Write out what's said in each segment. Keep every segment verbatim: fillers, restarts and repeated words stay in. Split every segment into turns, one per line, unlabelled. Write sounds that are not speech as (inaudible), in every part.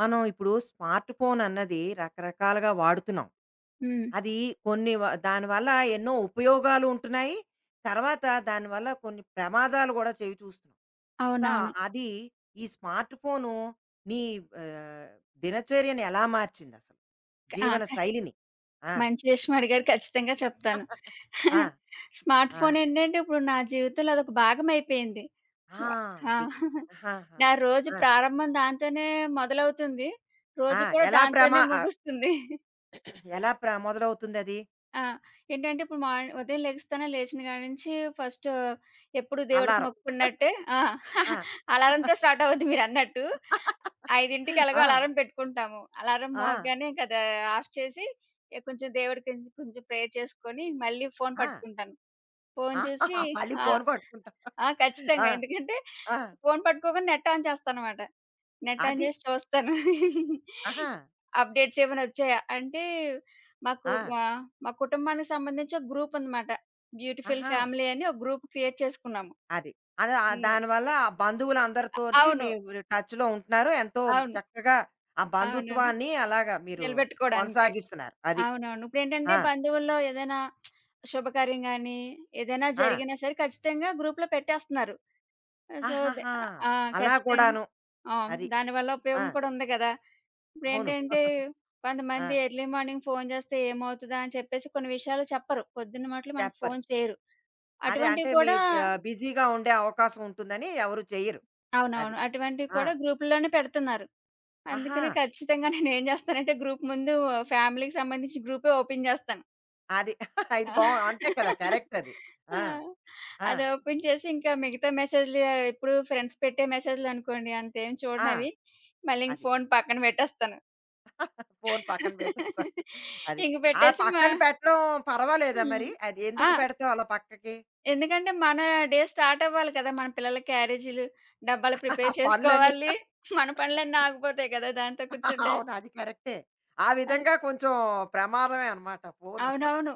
మనం ఇప్పుడు smart phone అన్నది రకరకాలుగా వాడుతున్నాం.
హ్మ్.
అది కొన్ని వ దానివల్ల ఎన్నో ఉపయోగాలు ఉంటున్నాయి. తర్వాత దానివల్ల కొన్ని ప్రమాదాలు గూడా చవి చూస్తున్నాం. సో,
అవునవును.
అది ఈ స్మార్ట్ ఫోను నీ ఆహ్, దినచర్యను ఎలా మార్చిందసలు?
క ఆ!
జీవన
క
శైలిని? ఆ!
మంచి విషయం అడిగారు. ఖచ్చితంగా చెప్తాను.
ఆ!
(laughs) స్మార్ట్
ఆ!
ఫోన్ ఏంటంటే ఇప్పుడు నా జీవితంలో అదొక భాగం అయిపోయింది.
ఆ!
వ ఆ!
అది. ఆహాహా!
నా రోజు
ఆ!
ప్రారంభం దాంతోనే మొదలవుతుంది. రోజు
ఆ!
కూడా
ఎలా ప్రమా
దాంతోనే
ఆహ్,
ముగుస్తుంది.
ఎలా ప్ర మొదలవుతుందది?
ఆ! ఏంటంటే ఇప్పుడు మార్ని ఉదయం లెగుస్తానా, లేచిన కాడ నుంచి ఫస్ట్ ఎప్పుడు దేవుడికి
అలారం.
మొక్కుకున్నట్టే ఆ!
ఆ!
(laughs) అలారంతో స్టార్ట్ అవుద్ది మీరన్నట్టు. 5కి ఎలాగో
ఆ!
అలారం పెట్టుకుంటాము. అలారం
ఆ!
మోగగానే కదా! ఆఫ్ చేసి ఇక కొంచెం దేవుడికి కొంచెం ప్రేయర్ చేసుకొని మళ్ళీ ఫోను
ఆ!
పట్టుకుంటాను. ఫోను చూసి
ఆహాహా! మళ్ళీ
ఆ!
ఫోన్ పట్టుకుంటాం.
ఆ!
ఆ!
ఖచ్చితంగా. ఎందుకంటే
ఆ!
ఫోను పట్టుకోకుండా నెట్ ఆన్ చేస్తానన్నమాట. నెట్ ఆన్
అది.
చేసి చూస్తాను.
ఆహా!
అప్‌డేట్స్ ఏమైనా వచ్చాయా? అంటే మాకు
ఆ!
మా మా కుటుంబానికి సంబంధించి ఒక గ్రూప్ ఉందన్నమాట. బ్యూటిఫుల్
ఆహా!
ఫ్యామిలీ అని ఒక గ్రూప్ క్రియేట్ చేసుకున్నాము.
అది. అద
హ్మ్.
దానివల్ల ఆ బంధువులందరితోటి
అవును.
మీరు టచ్‌లో ఉంటున్నారు. ఎంతో
అవును.
చక్కగా ఆ
అవునవును.
బంధుత్వాన్ని అలాగా మీరు
నిలబెట్టుకోవడానికి.
కొనసాగిస్తున్నారు. అది.
అవునవును. ఇప్పుడేంటంటే
ఆ!
బంధువుల్లో ఏదైనా శుభకార్యం గాని, ఏదైనా
ఆ!
జరిగినా సరే ఖచ్చితంగా గ్రూప్‌లో పెట్టేస్తున్నారు. సో, దె
ఆహాహా!
ఆ!
అలా
ఖచ్చితంగా
కూడాను.
ఆ!
అది.
దానివల్ల
ఆ!
ఉపయోగం కూడా ఉంది గదా!
అవును.
ఇప్పుడేంటంటే
ఆ!
కొంతమంది ఎర్లీ మార్నింగ్ ఫోను జేస్తే ఏమవుతదా అని చెప్పేసి కొన్ని విషయాలు చెప్పరు. పొద్దున్న మట్లు మనకు
చెప్పరు.
ఫోను చేయరు.
అదే
అటువంటివి
అంటే మీ
కూడా
ఆహ్, బిజీగా ఉండే అవకాశం ఉంటుందని ఎవరు చెయ్యరు. అది.
అవునవును. అటువంటివి
ఆ!
కూడా గ్రూపుల్లోనే పెడుతున్నారు.
ఆహా!
అందుకనే ఖచ్చితంగా నేనేం జేస్తానంటే గ్రూప్ ముందు ఫ్యామిలీకి సంబంధించి గ్రూపే ఓపెన్ జేస్తాను.
అది. (laughs) ఇది
ఆ!
బావుంది. అంతే కదా! కరెక్ట్ అది.
ఆ!
ఆ! ఆ!
అది ఓపెన్ చేసి ఇంకా మిగతా మెసేజ్‌లు ఎప్పుడు ఫ్రెండ్స్ పెట్టే మెసేజ్‌లనుకోండి అంతేం
ఆ!
చూడనవి. మళ్ళీ ఇంక
అది.
ఫోన్ పక్కన పెట్టేస్తాను.
ఫోను పక్కన పెట్టేస్తా. అది.
ఇంక
ఆ
పెట్టేసి మా
పక్కన పెట్టడం పర్వాలేదా
హ్మ్.
మరి? అది
ఆ!
ఎందుకు పెడతావు అలా పక్కకి?
ఎందుకంటే మన డే స్టార్ట్ అవ్వాలి కదా! మన పిల్లల క్యారేజీలు, డబ్బాలు
ఆ
ప్రిపేర్
పనులన్నీ
చేసుకోవాలి. మన పనులన్నీ ఆగిపోతాయి కదా! దాంతో కూర్చుంటే.
అవును. అది కరెక్టే. ఆ
అన్
విధంగా కొంచెం ప్రమాదమే అనమాట ఫోను.
అవునవును.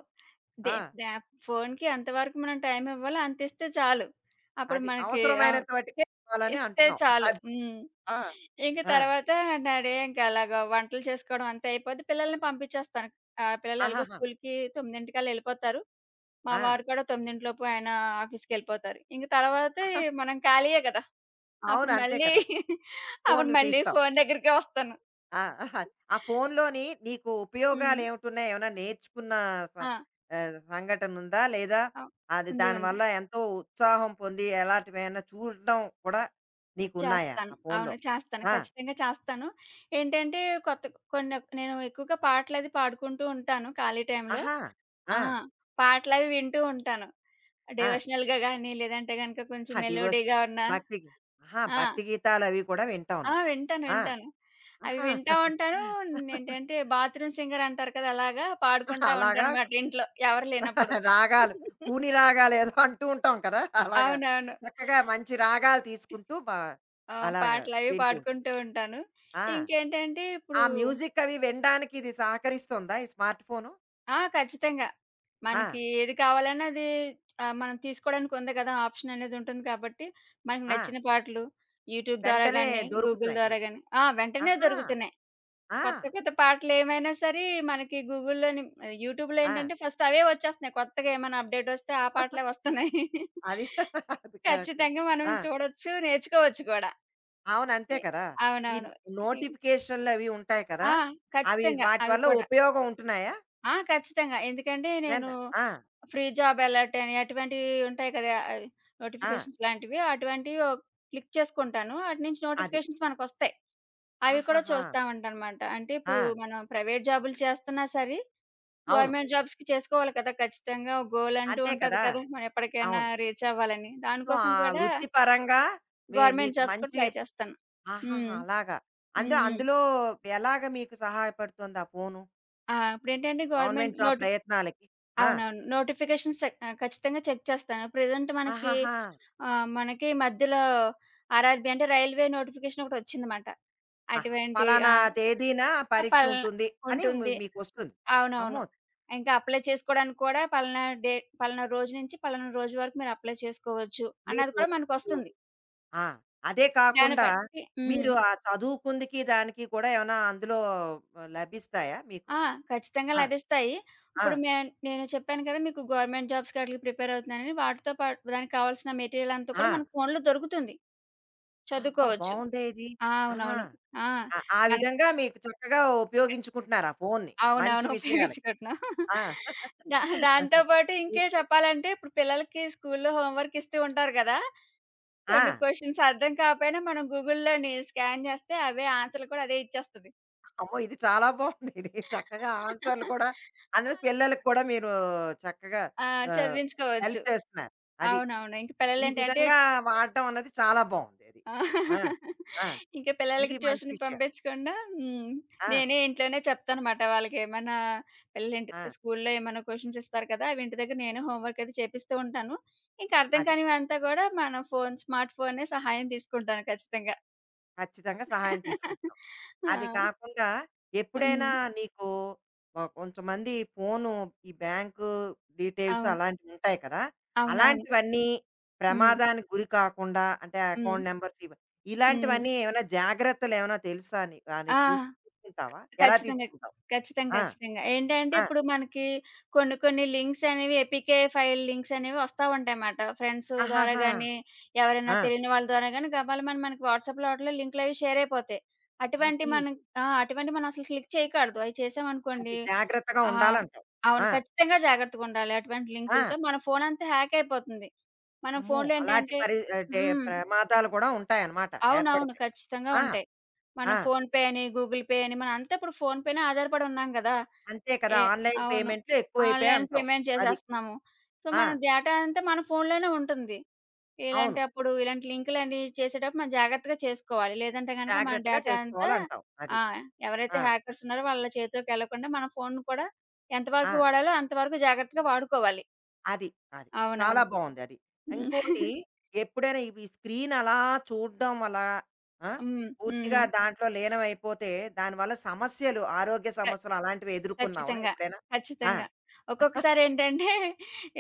దే
ఆ!
దా ఫోన్‌కి అంతవరకు మనం టైమివ్వాలి అంతిస్తే చాలు. అప్పుడు
అది.
మనకి అవును.
అవసరమైనంత మటికే ఇవ్వాలని
ఇస్తే
అంటున్నావు.
చాలు.
అది.
హ్మ్.
ఆ!
ఇంక
ఆ!
తర్వాత నా డే ఇంకా అలాగా వంటలు చేసుకోవడం అంతా అయిపోద్ది. పిల్లల్ని పంపించేస్తాను. ఆహ్, పిల్లలు ఎలాగో
ఆహాహా!
స్కూల్‌కి 9:00కల్లా ఎళ్ళిపోతారు. మా
ఆ!
వారు కూడా తొమ్మిది గంటల లోపు ఆయన ఆఫీస్‌కెళ్ళిపోతారు. ఇంక తర్వాతే మనం ఖాళీయే కదా! అప్పుడు
అవును. అంతే
మళ్ళీ
కదా!
(laughs) అప్పుడు
ఫోను
మళ్ళీ
తీస్తావు.
ఫోను దగ్గరికే వస్తాను.
ఆ! అహా! ఆ ఫోనులోని నీకు
హ్మ్.
ఉపయోగాలు ఏమిటున్నాయి? ఏమైనా నేర్చుకున్న స
ఆ!
ఆహ్, సంఘటన ఉందా? లేదా
అవ్
అది
ఉంది. ఉంది.
దానివల్ల ఎంతో ఉత్సాహం పొంది ఎలాంటివేమైనా చూడడం కూడా నీకున్నాయా
చేస్తాను.
ఆ
అవును.
ఫోనులో?
చేస్తాను.
ఆ!
ఖచ్చితంగా చేస్తాను. ఏంటంటే కొత్త కొన్ని నేను ఎక్కువగా పాటలది పాడుకుంటూ ఉంటాను ఖాళీ టైంలో.
ఆహా! ఆ!
ఆ! పాటలవి వింటూ ఉంటాను.
ఆ!
డివోషనల్‌గా గాని, లేదంటే గనుక కొంచెం
ఆ!
మెలోడీగా
డివోషనల్
ఉన్న
భక్తి గి ఆహా!
ఆ!
భక్తి గీతాలవి కూడా వింటావు
ఆ!
నువ్వు.
వింటాను.
ఆ!
వింటాను. అవి
ఆహా!
వింటా ఉంటాను. నేంటంటే బాత్రూమ్ సింగర్ అంటారు కదా! అలాగా
(laughs)
పాడుకుంటా
అలాగా
ఉంటానన్నమాట ఇంట్లో ఎవరు లేనప్పుడు.
(laughs) రాగాలు, కూని రాగాలేదో అంటూ ఉంటాం కదా! అలాగా
అవునవును.
చక్కగా మంచి రాగాలు తీసుకుంటూ బా
ఆహ్,
అలాగా
పాటలవి
వింటూ ఉంటా.
పాడుకుంటూ ఉంటాను.
ఆ!
ఇంకేంటంటే
ఆ
ఇప్పుడు
మ్యూజిక్ అవి వినడానికి ఇది సహకరిస్తోందా ఈ స్మార్ట్ ఫోను?
ఆ! ఖచ్చితంగా.
ఆ!
మనకి ఏది కావాలన్నా అది ఆహ్, మనం తీసుకోవడానికి ఉంది కదా! ఆప్షన్ అనేది ఉంటుంది కాబట్టి, మనకు
ఆ!
నచ్చిన పాటలు యూట్యూబ్ ద్వారా
వెంటనే
గానీ, గూగుల్
దొరుకుతున్నాయి
ద్వారా
మీకు.
గానీ ఆ! వెంటనే
ఆహా!
దొరుకుతున్నాయి.
ఆ!
కొత్త కొత్త పాటలేమైనా సరే మనకి గూగుల్‌లోని ఆహ్, యూట్యూబ్‌లో
ఆ!
ఏంటంటే ఫస్ట్ అవే వచ్చేస్తున్నాయి. కొత్తగా ఏమైనా అప్‌డేట్ వస్తే ఆ పాటలే వస్తున్నాయి. (laughs)
అది (laughs) అది కరెక్ట్.
ఖచ్చితంగా మనం
ఆ!
చూడొచ్చు, నేర్చుకోవచ్చు కూడా.
అవును. అంతే
ఎ
కదా! ఈ
అవునవును.
నో
ఇ
నోటిఫికేషన్‌లు అవి ఉంటాయి కదా!
ఆ!
అవి
ఖచ్చితంగా.
వాటి
అవి
వల్ల
కూడా.
ఉపయోగం ఉంటున్నాయా?
ఆ! ఖచ్చితంగా. ఎందుకంటే నేను
ఏంట ఆ!
ఫ్రీ జాబ్ అలర్ట్ అని అటువంటివి ఉంటాయి కదా! ఆహ్,
ఆ!
నోటిఫికేషన్స్ లాంటివి. అటువంటివి ఓ క్లిక్ చేసుకుంటాను. అటునుంచి
అది.
నోటిఫికేషన్స్ మనకొస్తాయి. అవి కూడా
ఆహాహా!
చూస్తా ఉంటానమాట. అంటే ఇప్పుడు
ఆ!
మనం ప్రైవేట్ జాబులు చేస్తున్నా సరే,
అవును.
గవర్నమెంట్ జాబ్స్‌కి చేసుకోవాలి కదా! ఖచ్చితంగా ఒక గోల్ అంటూ
అంతే
ఉంటది
కదా!
కదా! మనం ఎప్పటికైనా
అవును.
రీచ్ అవ్వాలని.
సో,
దానికోసం
ఆ
కూడా
వృత్తిపరంగా మీ
గవర్నమెంట్
మీకు
జాబ్స్ కూడా
మంచి
ట్రై చేస్తాను.
ఆహాహా!
హ్మ్.
అలాగా.
హ్మ్.
అంటే
హ్మ్.
అందులో ఎలాగ మీకు సహాయపడుతోంది ఆ ఫోను?
ఆ! ఇప్పుడేంటంటే గవర్నమెంట్
గవర్నమెంట్ జాబ్
నోటి
ప్రయత్నాలకి. ఆ!
అవునవును. నోటిఫికేషన్స్ చెక్ ఆహ్, ఖచ్చితంగా చెక్ చేస్తాను. ప్రెజెంట్ మనకి
ఆహాహా!
ఆహ్, మనకి మధ్యలో ఆర్ఆర్‌బీ అంటే రైల్వే నోటిఫికేషన్ ఒకటొచ్చిందమాట.
ఆహా!
అటువంటి ఆ!
పలానా తేదీన
పలానా
పరీక్షుంటుంది అని మీ
ఉంటుంది.
మీకొస్తుంది.
అవునవును.
అమ్మో!
ఇంకా అప్లై చేసుకోవడానికి కూడా పలానా డేట్ పలానా రోజు నుంచి పలానా రోజు వరకు మీరు అప్లై చేసుకోవచ్చు అన్నది
మీరు
కూడా
ఇప్పుడు
మనకొస్తుంది.
ఆ! అదే
దాన్ని
కాకుండా
బట్టి హ్మ్.
మీరు ఆ చదువుకుందికి, దానికి కూడా ఏమైనా అందులో లభిస్తాయా మీకు?
ఆ! ఖచ్చితంగా
ఆ!
లభిస్తాయి.
ఆ!
ఇప్పుడు మే నేను చెప్పాను కదా! మీకు గవర్నమెంట్ జాబ్స్‌కి ఆటిలకి ప్రిపేర్ అవుతున్నానని. వాటితో పాటు దానికి కావాల్సిన మెటీరియల్ అంతా
ఆ!
కూడా మన ఫోన్‌లో దొరుకుతుంది.
అబ్బా!
చదువుకోవచ్చు.
బావుందే ఇది.
ఆ!
ఆహా!
అవునవును. ఆ!
ఆ! ఆ
మనకి
విధంగా మీకు చక్కగా ఉపయోగించుకుంటున్నారు ఆ ఫోన్‌ని. మంచి
అవునవును. (laughs)
విషయాలకి.
ఉపయోగించుకుంటున్నాం.
ఆ!
దా దాంతో
(laughs)
పాటు ఇంకే
ఇది
చెప్పాలంటే ఇప్పుడు పిల్లలకి స్కూల్‌లో హోంవర్క్ ఇస్తూ ఉంటారు కదా! కొన్ని
ఆ!
క్వెషన్స్ అర్థం కాకపోయినా మనం గూగుల్‌లోని స్కాన్ చేస్తే అవే ఆన్సర్‌లు కూడా అదే ఇచ్చేస్తది.
అమ్మో! ఇది చాలా బావుంది. ఇది చక్కగా ఆన్సర్‌లు
(laughs)
కూడా అందులో పిల్లలకి
ఆన్సర్‌లు కూడా
కూడా మీరు చక్కగా
ఆ!
ఆహ్,
చదివించుకోవచ్చు.
హెల్ప్ చేస్తున్నారు. అది.
అవునవును. ఇంక
ఈ
పిల్లలేంటంటే
విధంగా వాడడం అన్నది చాలా బావుంది అది.
(laughs) ఆ!
ఆ! ఆ!
ఇంక పిల్లలకి
ఇది మంచి
ట్యూషన్‌కి
విషయం.
పంపించకుండా హ్మ్.
ఆ!
నేనే ఇంట్లోనే చెప్తానమాట. వాళ్ళకేమన్నా పిల్లలింటి
ఆ!
స్కూల్‌లో ఏమన్నా క్వెషన్స్ ఇస్తారు కదా! అవి ఇంటి దగ్గర నేనే హోంవర్క్ అది చేపిస్తూ ఉంటాను. ఇంక అర్థం
అది.
కానివంతా గూడా మన ఫోన్ స్మార్ట్ ఫోనే సహాయం తీసుకుంటాను ఖచ్చితంగా.
ఖచ్చితంగా సహాయం
(laughs)
తీసుకుంటాం. అది
ఆ!
కాకుండా
హ్మ్.
ఎప్పుడైనా నీకు ఒ- కొంతమంది ఫోను ఈ బ్యాంకు డీటెయిల్స్
అవును.
అలాంటివి ఉంటాయి కదా
అవునవును.
అలాంటివన్నీ
హ్మ్.
ప్రమాదానికి గురి కాకుండా అంటే
హ్మ్.
అకౌంట్ నెంబర్స్
హ్మ్.
ఇలాంటివన్నీ ఏమైనా జాగ్రత్తలు ఏమైనా తెలుసా అని అని
ఆ!
చూస్- చూసుకుంటావా ఎలా
ఖచ్చితంగా.
తీసుకుంటావు
ఖచ్చితంగా.
ఆ,
ఖచ్చితంగా. ఏంటంటే
ఆ,
ఇప్పుడు మనకి కొన్ని కొన్ని లింక్స్ అనేవి ఏపీకే ఫైల్ లింక్స్ అనేవి వస్తా ఉంటాయన్నమాట. ఫ్రెండ్స్ ద్వారా
ఆహాహా,
గాని, ఎవరైనా
ఆ,
తెలియని వాళ్ళ ద్వారా గాని గబాలమని మనకి వాట్సాప్‌లో వాటిలో లింకులవి షేర్ అయిపోతాయి. అటువంటి
అది
మనం ఆ! అటువంటివి మనం అసలు క్లిక్ చేయకూడదు. అయి
అది
చేసామనుకోండి
జాగ్రత్తగా
ఆహ్,
ఉండాలంటావు
అవును.
ఆ,
ఖచ్చితంగా జాగ్రత్తగుండాలి. అటువంటి
ఆ,
లింకులతో మన ఫోనంతా హ్యాక్ అయిపోతుంది. మన
అమ్మో
ఫోన్‌లో
అలాంటి
ఏంటంటే
పరి అంటే
హ్మ్.
ప్రమాదాలు కూడా ఉంటాయన్నమాట
అవునవును.
ఏర్పడతాయి
ఖచ్చితంగా
ఆ,
ఉంటాయి. మనం
ఆ.
ఫోన్‌పే అని, గూగుల్ పే అని మనం అంతా ఇప్పుడు ఫోన్ పైనే ఆధారపడి ఉన్నాం గదా!
అంతే కదా!
ఏ
ఆన్‌లైన్
అవును.
పేమెంట్‌లు ఎక్కువైపోయాయి
ఆన్‌లైన్
అంటావు.
పేమెంట్
అది.
చేసేస్తున్నాము. సో,
ఆ!
మన డేటా అంతా మన ఫోన్‌లోనే ఉంటుంది.
అవును.
ఇలాంటప్పుడు ఇలాంటి లింకులని చేసేటప్పుడు మనం జాగ్రత్తగా చేసుకోవాలి. లేదంటే గనక మన
జాగ్రత్తగా
డేటా అంతా
చేసుకోవాలంటావు.
ఆ!
అది.
ఎవరైతే
ఆ!
హ్యాకర్స్ ఉన్నారో వాళ్ళ చేతిలోకెళ్ళకుండా మన ఫోన్‌ని కూడా
ఆ!
ఎంతవరకు వాడాలో అంతవరకు జాగ్రత్తగా వాడుకోవాలి.
అది. అది. చాలా
అవునవును.
బావుంది అది. ఇంకోటి
(laughs)
ఎప్పుడైనా ఇవి స్క్రీన్ అలా చూడడం వల్ల ఆ!
హ్మ్. హ్మ్.
పూర్తిగా
హ్మ్.
దాంట్లో లీనమైపోతే దానివల్ల సమస్యలు, ఆరోగ్య
(laughs)
సమస్యలు అలాంటివి ఎదుర్కొన్నావా
ఖచ్చితంగా.
ఎప్పుడైనా? ఆ!
ఖచ్చితంగా. ఒక్కొక్కసారేంటంటే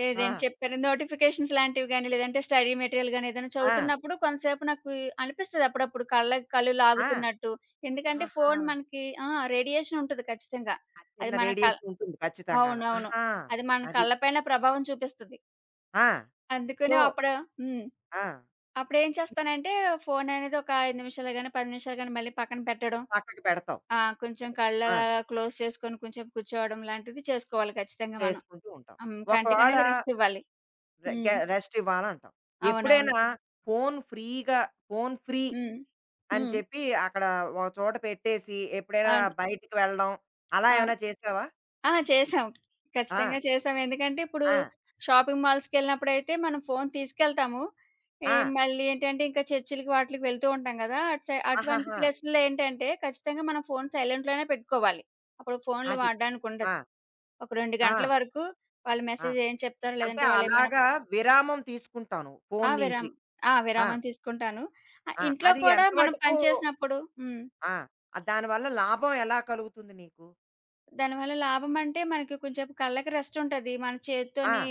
ఏదేంటి
ఆ!
చెప్పారు నోటిఫికేషన్స్ లాంటివి గాని, లేదంటే స్టడీ మెటీరియల్ గాని ఏదైనా
ఆ!
చదువుతున్నప్పుడు కొంతసేపు నాకు అనిపిస్తది అప్పుడప్పుడు కళ్ళకి కళ్ళు
ఆ!
లాగుతున్నట్టు. ఎందుకంటే
ఆహా!
ఫోను మనకి ఆ! రేడియేషన్ ఉంటది ఖచ్చితంగా.
ఆ
అది
చిన్న
మన కళ్
రేడియేషన్ ఉంటుంది ఖచ్చితంగాను.
అవునవును.
ఆహా!
అది మన
అది.
కళ్ళ పైన ప్రభావం చూపిస్తది.
ఆ! సో
అందుకనే అప్పుడు హ్మ్.
ఆ!
అప్పుడేం చేస్తానంటే ఫోననేది ఒక ఐదు నిమిషాలు గాని, పది నిమిషాలు గాని మళ్ళీ పక్కన పెట్టడం.
పక్కకి పెడతావు.
ఆ! కొంచెం
అదే. ఆ!
కళ్ళలా క్లోజ్ చేసుకొని కొంచెం కూర్చోవడం లాంటిది చేసుకోవాలి ఖచ్చితంగా మనం.
చేసుకుంటూ ఉంటాం.
హ్మ్.
ఒకవేళ
కంటికనేది రెస్ట్ ఇవ్వాలి.
రె
హ్మ్.
గె రెస్ట్ ఇవ్వాలంటాం.
అవునవును.
ఎప్పుడైనా ఫోను ఫ్రీగా ఫోను ఫ్రీ
హ్మ్.
అని
హ్మ్.
చెప్పి అక్కడ ఒక చోట పెట్టేసి ఎప్పుడైనా
అవును.
బయటికి వెళ్ళడం అలా
అవును.
ఏమైనా చేసావా?
ఆ! చేసాం.
ఆ!
ఖచ్చితంగా చేసాం. ఎందుకంటే ఇప్పుడు
ఆ!
షాపింగ్ మాల్స్‌కెళ్ళినప్పుడైతే మనం ఫోన్ తీసుకెళ్తాము. ఏ
ఆ!
మళ్ళీ ఏంటంటే ఇంకా చర్చిలకి వాటిలకి వెళ్తూ ఉంటాం గదా! అటు సై అటువంటి
ఆహాహా!
ప్లేస్‌లో ఏంటంటే ఖచ్చితంగా మనం ఫోన్ సైలెంట్‌లోనే పెట్టుకోవాలి. అప్పుడు ఫోన్‌లు
అది.
వాడడానికి ఉండదు.
ఆ!
ఒక రెండు
ఆ!
గంటల వరకు వాళ్ళు
ఆ!
మెసేజ్ ఏం చెప్తారో
అంటే
లేదంటే వాళ్ళేమైనా
అలాగా విరామం తీసుకుంటావు నువ్వు
ఆ!
ఫోను నుంచి.
విరామం. ఆ!
ఆ!
విరామం తీసుకుంటాను. ఆహ్,
ఆ!
ఇంట్లో
అది
కూడా
ఎంత
మనం పని
మటుకు
చేసినప్పుడు హ్మ్.
ఆ! దానివల్ల లాభం ఎలా కలుగుతుంది నీకు?
దానివల్ల లాభమంటే, మనకి కొంచేపు కళ్ళకి రెస్టుంటది. మన
ఆ!
చేత్తోని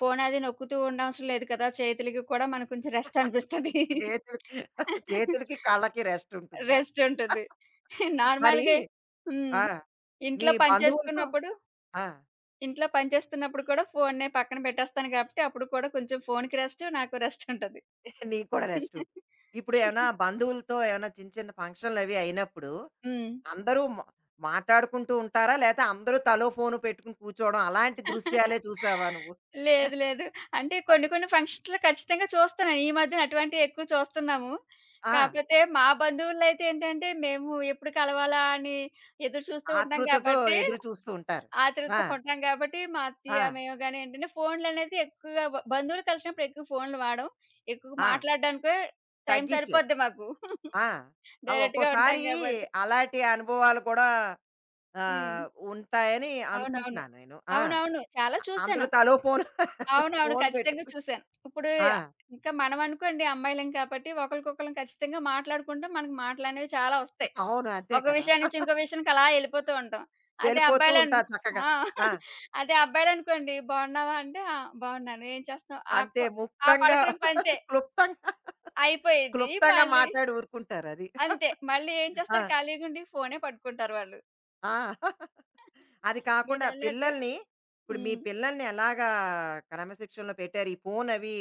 ఫోన్ అది నొక్కుతూ ఉండవసరం లేదు కదా! చేతులకి కూడా మనకు కొంచెం రెస్ట్ అనిపిస్తది.
చేతులు
(laughs)
చేతులకి, కళ్ళకి రెస్ట్ ఉంటుందా?
రెస్టుంటది.
మరి
నార్మల్‌గే హ్మ్.
ఆ! మీ
ఇంట్లో పని
బంధువులతో
చేసుకున్నప్పుడు
ఆ!
ఇంట్లో పని చేస్తున్నప్పుడు కూడా ఫోన్‌ని పక్కన పెట్టేస్తాను కాబట్టి, అప్పుడు కూడా కొంచెం ఫోన్‌కి రెస్ట్, నాకు రెస్టుంటది.
నీకు కూడా రెస్ట్ ఉంటుంది.
హ్మ్.
ఇప్పుడు ఏమైనా
(laughs)
బంధువులతో ఏమైనా చిన్న చిన్న ఫంక్షన్‌లవి అయినప్పుడు అందరూ మ మాట్లాడుకుంటూ ఉంటారా? లేతే అందరూ తలో ఫోను పెట్టుకుని కూర్చోవడం అలాంటి దృశ్యాలే చూసావా నువ్వు?
లేదు. లేదు. అంటే కొన్ని కొన్ని ఫంక్షన్స్‌లో ఖచ్చితంగా చూస్తున్నాను. ఈ మధ్యన అటువంటివి ఎక్కువ చూస్తున్నాము.
ఆ!
కాకపోతే మా బంధువులైతే ఏంటంటే మేము ఎప్పుడు కలవాలా అని ఎదురు చూస్తూ ఉంటాం
ఆతృతతో
కాబట్టి,
ఎదురు చూస్తూ ఉంటారు.
ఆతృతతో
ఆ!
ఉంటాం కాబట్టి మా
ఆ!
అత్తయ్య, మేము గాని ఏంటంటే ఫోన్‌లనేది ఎక్కువగా బ బంధువులు కలిసినప్పుడు ఎక్కువ ఫోన్‌లు వాడం. ఎక్కువ
ఆ!
మాట్లాడడానికే టైం
తగ్గిచ్చారు.
సరిపోద్ది మాకు. (laughs)
ఆ! ఆ!
డైరెక్ట్‌గా ఉంటాం
ఒక్కోసారి
కాబట్టి.
అలాంటి అనుభవాలు కూడా
హ్మ్.
ఆహ్, ఉంటాయని
అవునవును.
అనుకుంటున్నాను నేను. ఆ!
అవునవును. చాలా
అందరూ
చూసాను.
తలో ఫోన్
అవునవును.
ఫోన్
ఖచ్చితంగా
పెట్టుకు
చూసాను. ఇప్పుడు
ఆ!
ఇంకా మనం అనుకోండి అమ్మాయిలం కాబట్టి ఒకళ్ళకొకళ్ళం ఖచ్చితంగా మాట్లాడుకుంటాం. మనకు మాటలనేవి చాలా వస్తాయి.
అవును. అంతే
ఒక
కదా!
విషయం నుంచి ఇంకో విషయానికి అలా ఎళ్ళిపోతూ ఉంటాం. అదే
వెళ్ళిపోతూ
అబ్బాయిలన్
ఉంటా చక్కగా.
ఆ!
ఆ!
(laughs) అదే అబ్బాయిలనుకోండి బాగున్నావా? అంటే ఆ! బాగున్నాను. ఏం చేస్తున్నావు? ఆ కు
అంతే
ఆ
ముక్తంగా
పలకరింపు అంతే.
క్లుప్తంగా,
అయిపోయిద్ది.
క్లుప్తంగా
మళ్ళీ
మాట్లాడి ఊరుకుంటారు అది.
అంతే. మళ్ళీ ఏం
ఆ!
చేస్తారు ఖాళీగుండి ఫోనే పట్టుకుంటారు వాళ్ళు.
ఆ! అది కాకుండా
మీరన్నట్టు
పిల్లల్ని ఇప్పుడు మీ
హ్మ్.
పిల్లల్ని ఎలాగా క్రమశిక్షణలో పెట్టారు? ఈ ఫోన్ అవి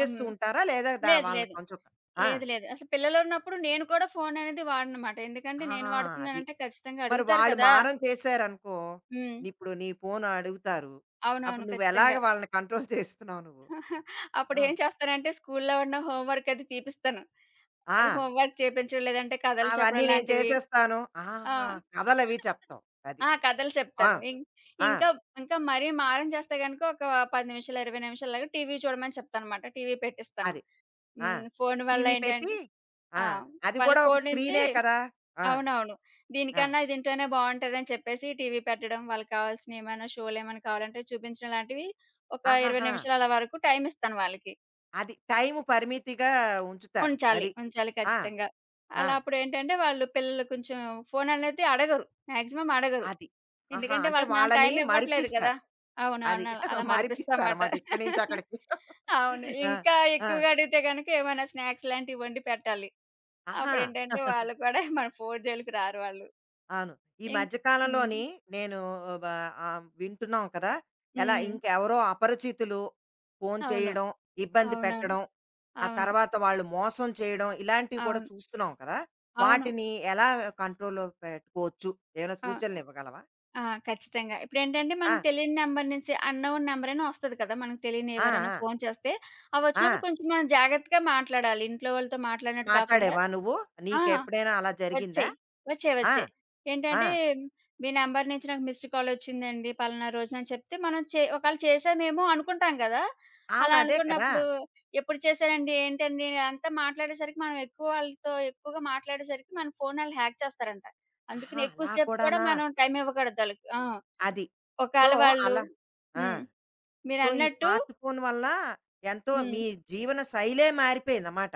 హ్మ్.
ఉంటారా? లేదా దా
లేదు
వాళ్ళని
లేదు.
కొంచెం ఆ!
లేదు. లేదు. అసలు పిల్లలున్నప్పుడు నేను కూడా ఫోననేది వాడనమాట. ఎందుకంటే
ఆ!
నేను
అది.
వాడుతున్నానంటే ఖచ్చితంగా
మరి
అడుగుతారు
వాళ్ళు
కదా!
మారం చేశారనుకో,
హ్మ్.
నీ- ఇప్పుడు నీ ఫోను అడుగుతారు. అప్పుడు
అవునవును.
నువ్వెలాగ
ఖచ్చితంగా.
వాళ్ళని కంట్రోల్ చేస్తున్నావు నువ్వు?
(laughs)
ఆ!
అప్పుడేం చేస్తానంటే స్కూల్లో ఉన్న హోంవర్క్ అది తీపిస్తాను.
ఆ!
హోంవర్క్ చేపించడం, లేదంటే కథలు
అవన్నీ
చెప్పడం
నేను
లాంటివి.
చేసేస్తాను.
ఆ!
ఆహా! కథలవి చెప్తావు. అది.
ఆ! కథలు
ఆ!
చెప్తాను. ఇం
ఆ!
ఇంకా ఇంకా మరీ మారం చేస్తే గనుక ఒక పది నిమిషాలు, ఇరవై నిమిషాలలాగా టీవీ చూడమని చెప్తాననమాట. టీవీ పెట్టిస్తాను.
అది. ఆ!
హ్మ్. ఫోను వల్ల
టీవీ పెట్టి
ఏంటంటే ఆ!
ఆ! అది
వాళ్ళ
కూడా ఒక
ఫోను నుంచి
స్క్రీనే కదా! ఆ!
అవునవును.
ఆ!
దీనికన్నా దీంట్లోనే బావుంటదని చెప్పేసి టీవీ పెట్టడం, వాళ్ళకి కావాల్సినయేమైనా షో‌లేమైనా కావాలంటే చూపించడం లాంటివి ఒక ఇరవై
ఆహాహా!
నిమిషాల అలా వరకు టైమ్ ఇస్తాను వాళ్ళకి.
అది. టైము పరిమితిగా ఉంచుతారు.
ఉంచాలి.
అది.
ఉంచాలి
ఆ!
ఖచ్చితంగా.
ఆ!
అలా అప్పుడేంటంటే వాళ్ళు పిల్లలు కొంచెం ఫోననేది అడగరు. మాక్సిమం అడగరు.
అది. ఆహా!
ఎందుకంటే
అంటే
వాళ్ళకి మనం
వాళ్ళని
టైమ్ ఇవ్వట్లేదు కదా!
మరిపిస్తారు. అది.
అవునవును. అలా
(laughs)
మరిపిస్తాం మాట.
మరిపిస్తారన్నమాట ఇక్కడి నుంచి
(laughs)
అక్కడికి.
అవును.
ఆ!
ఇంకా
ఆ!
ఎక్కువగా అడిగితే గనుక ఏమైనా స్నాక్స్ లాంటివి వండి పెట్టాలి.
ఆహా!
అప్పుడేంటంటే వాళ్ళు కూడా మన ఫోను జోలికి రారు వాళ్ళు.
అవును. ఈ
ఇంక్
మధ్య
హ్మ్.
కాలంలోని నేను బ ఆహ్, వింటున్నాం కదా! ఎలా
హ్మ్.
ఇంకెవరో అపరిచితులు ఫోను
అవును.
చేయడం, ఇబ్బంది
అవునవును.
పెట్టడం, ఆ
అవును.
తర్వాత వాళ్ళు మోసం చేయడం ఇలాంటివి కూడా
అవును.
చూస్తున్నాం కదా!
అవును.
వాటిని ఎలా కంట్రోల్‌లో పెట్టుకోవచ్చు? ఏమైనా
ఆ!
సూచనలు ఇవ్వగలవా?
ఆ! ఖచ్చితంగా. ఇప్పుడేంటంటే
ఆ!
మనకు తెలియని నంబర్ నుంచి అన్‌నోన్ నంబర్ అని వస్తది కదా! మనకు తెలియని
ఆ!
ఎవరైనా
ఆ!
ఫోను చేస్తే, అవొచ్చినప్పుడు
ఆ!
కొంచెం మనం జాగ్రత్తగా మాట్లాడాలి. ఇంట్లో వాళ్ళతో మాట్లాడినట్టు కాకుండా
మాట్లాడావా నువ్వు?
ఆ!
నీకెప్పుడైనా అలా జరిగిందా?
వచ్చాయి. వచ్చాయి.
ఆ!
వచ్చాయి.
ఆ!
ఏంటంటే మీ నంబర్ నుంచి నాకు మిస్డ్ కాల్ వచ్చిందండి పలానా రోజున అని చెప్తే మనం చే ఒకవేళ చేసామేమో అనుకుంటాం కదా! అలా
అవును. అదే కదా!
అనుకున్నప్పుడు ఎప్పుడు చేశారండి? ఏంటండి? అంతా మాట్లాడేసరికి మనం ఎక్కువ వాళ్ళతో ఎక్కువగా మాట్లాడేసరికి మన ఫోన్ ఆళ్ళు హ్యాక్ చేస్తారంట. అందుకని
ఆహా!
ఎక్కువ
అలా
సేపు కూడా
కూడానా?
మనం టైమ్ ఇవ్వకూడదు ఆళ్ళకి. ఆ!
అది. సో,
ఒకవేళ వాళ్ళు
అలా ఆ!
హ్మ్.
సో, ఈ
మీరన్నట్టు
స్మార్ట్ ఫోన్ వల్ల ఎంతో
హ్మ్.
మీ జీవన శైలే మారిపోయిందన్నమాట.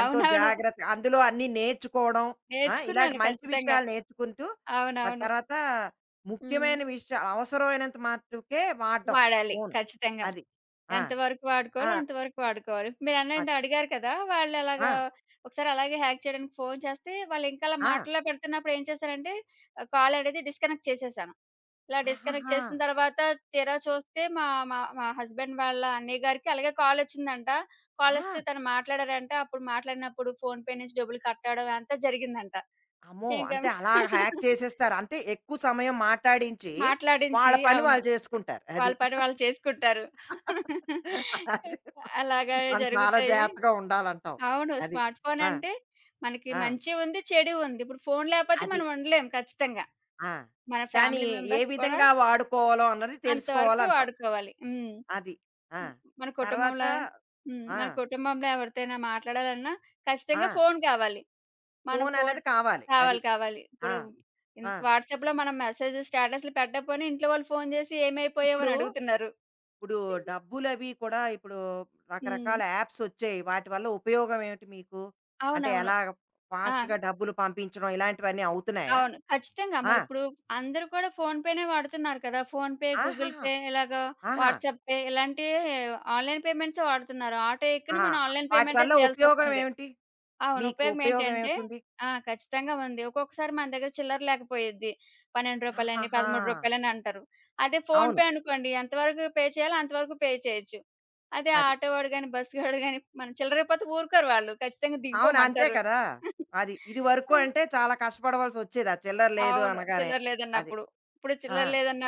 ఎంతో
అవునవును.
జాగ్రత్త అందులో అన్నీ నేర్చుకోవడం. ఆ! ఇలాంటి
నేర్చుకున్నాను
మంచి
ఖచ్చితంగా.
విషయాలు నేర్చుకుంటూ, ఆ
అవునవును.
తర్వాత
హ్మ్.
ముఖ్యమైన విషయా అవసరమైనంత మట్టుకే వాడడం
వాడాలి
ఫోను.
ఖచ్చితంగా.
అది. ఆ!
ఎంత వరకు
ఆ!
వాడుకోవాలో అంతవరకు వాడుకోవాలి.
అది.
మీరన్నది అడిగారు కదా!
ఆ!
వాళ్ళలాగా ఒకసారి అలాగే హ్యాక్ చేయడానికి ఫోను చేస్తే, వాళ్ళింకా అలా
ఆ!
మాటల్లో పెడుతున్నప్పుడు ఏం చేశారంటే, ఆహ్, కాల్ అనేది డిస్కనెక్ట్ చేసేసాను. ఇలా డిస్కనెక్ట్
ఆహాహా!
చేసిన తర్వాత తీరా చూస్తే మా మా మా హస్బెండ్ వాళ్ళ అన్నయ్య గారికి అలాగే కాలొచ్చిందంట. కాలొస్తే
ఆ!
తను మాట్లాడారంట. అప్పుడు మాట్లాడినప్పుడు ఫోను పే నుంచి డబ్బులు కట్టడం అంతా జరిగిందంట.
అమ్మో!
ఇంకా
అంటే అలాగా హ్యాక్ చేసేస్తారు. అంటే ఎక్కువ సమయం మాటాడించి,
మాట్లాడించి.
వాళ్ళ పని
అవును.
వాళ్ళు చేసుకుంటారు. అది.
వాళ్ళ పని వాళ్ళు చేసుకుంటారు. (laughs)
అది
అలాగా
మనం చాలా
జరుగుతాయి.
జాగ్రత్తగా ఉండాలంటావు.
అవును.
అది.
స్మార్ట్ ఫోన్
ఆ!
అంటే మనకి
ఆ!
మంచి ఉంది, చెడు ఉంది. ఇప్పుడు ఫోన్ లేకపోతే మనం
అది.
ఉండలేం ఖచ్చితంగా.
ఆ!
మన
దాన్ని
ఫ్యామిలీ
ఏ
మెంబర్స్ కూడా
విధంగా వాడుకోవాలో అన్నది
అంతవరకు
తెలుసుకోవాలంటావు.
వాడుకోవాలి. హ్మ్.
అది. ఆ!
మన
తర్వాత
కుటుంబంలో హ్మ్.
ఆ!
మన కుటుంబంలో ఎవరితోనైనా మాట్లాడాలన్నా
ఆ!
ఖచ్చితంగా ఫోన్ కావాలి. మనం
ఫోన్
ఫోన్
అనేది కావాలి. అది.
కావాలి, కావాలి.
ఆ!
ఇప్పుడు ఇన్
ఆ!
వాట్సాప్‌లో మనం మెసేజ్ స్టేటస్‌లు పెట్టకపోయినా ఇంట్లో వాళ్ళు ఫోన్ చేసి ఏమైపోయావు
ఇప్పుడు,
అని అడుగుతున్నారు.
ఇప్పుడు డబ్బులవి కూడా ఇప్పుడు
హ్మ్.
రకరకాల యాప్స్ వచ్చాయి. వాటి వల్ల ఉపయోగం ఏమిటి మీకు? అంటే
అవునవును.
ఎలా
ఆ!
ఫాస్ట్‌గా డబ్బులు పంపించడం ఇలాంటివన్నీ అవుతున్నాయా?
అవును. ఖచ్చితంగా.
ఆ!
మరిప్పుడు అందరూ కూడా ఫోన్ పేనే వాడుతున్నారు కదా! ఫోన్ పే, గూగుల్
ఆహాహా!
పే ఇలాగా
ఆహా!
వాట్సాప్ పే ఇలాంటి ఆన్‌లైన్ పేమెంట్సే వాడుతున్నారు. ఆటో ఎక్కిన
ఆ!
మనం ఆన్‌లైన్
వాటి
పేమెంటే
వల్ల ఉపయోగం
చేయాల్సొస్తుంది.
ఏమిటి?
అవును.
మీకు
ఉపయోగం
ఉపయోగం
ఏంటంటే
ఏమిటుంది?
ఆ! ఖచ్చితంగా ఉంది. ఒక్కొక్కసారి మన దగ్గర చిల్లర లేకపోయిద్ది. రూ. పన్నెండు అని, రూ.
ఆహాహా!
పదమూడు అంటారు. అదే ఫోన్
అవును.
పే అనుకోండి ఎంతవరకు పే చేయాలో అంతవరకు పే చేయొచ్చు. అదే
అది.
ఆటో వాడు గాని, బస్ గాడు గాని మనం చిల్లర ఇవ్వకపోతే ఊరుకోరు వాళ్ళు. ఖచ్చితంగా
అవును. అంతే
దిగిపోమంటారు.
కదా! అది. ఇదివరకు
ఆ!
అంటే చాలా కష్టపడవలసొచ్చేది. ఆ చిల్లర లేదు
అవును.
అనగానే.
చిల్లర
అది.
లేదన్నప్పుడు. ఇప్పుడు
ఆ!
చిల్లర లేదన్న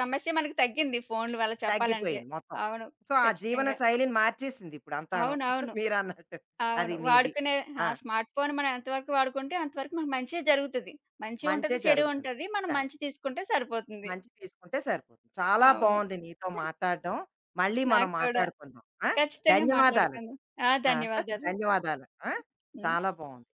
సమస్య మనకి తగ్గింది ఫోన్ల వల్ల చెప్పాలంటే.
తగ్గిపోయింది మొత్తం.
అవును.
సో, ఆ జీవన
ఖచ్చితంగా.
శైలిని మార్చేసింది ఇప్పుడంతాను.
అవునవును. అవును.
మీరన్నట్టు. (laughs)
అవును
అది మీది.
వాడుకునే
ఆ!
ఆ! స్మార్ట్ ఫోన్ మనం ఎంతవరకు వాడుకుంటే అంతవరకు మనకు మంచే జరుగుతది. మంచి
మంచే
ఉంటది, చెడు
జరుగుతుంది.
ఉంటది. మనం
సరే.
మంచి తీసుకుంటే సరిపోతుంది.
మంచి తీసుకుంటే సరిపోతుంది. చాలా
అవును.
బావుంది నీతో మాట్లాడడం. మళ్ళీ మనం
నాకు కూడా.
మాట్లాడుకుందాం. ఆ!
ఖచ్చితంగా
ధన్యవాదాలు.
మాట్లాడుకుందాం. ఆ!
ఆ, (laughs)
ధన్యవాదాలు.
ధన్యవాదాలు ఆ,
హ్మ్.
చాలా బాగుంది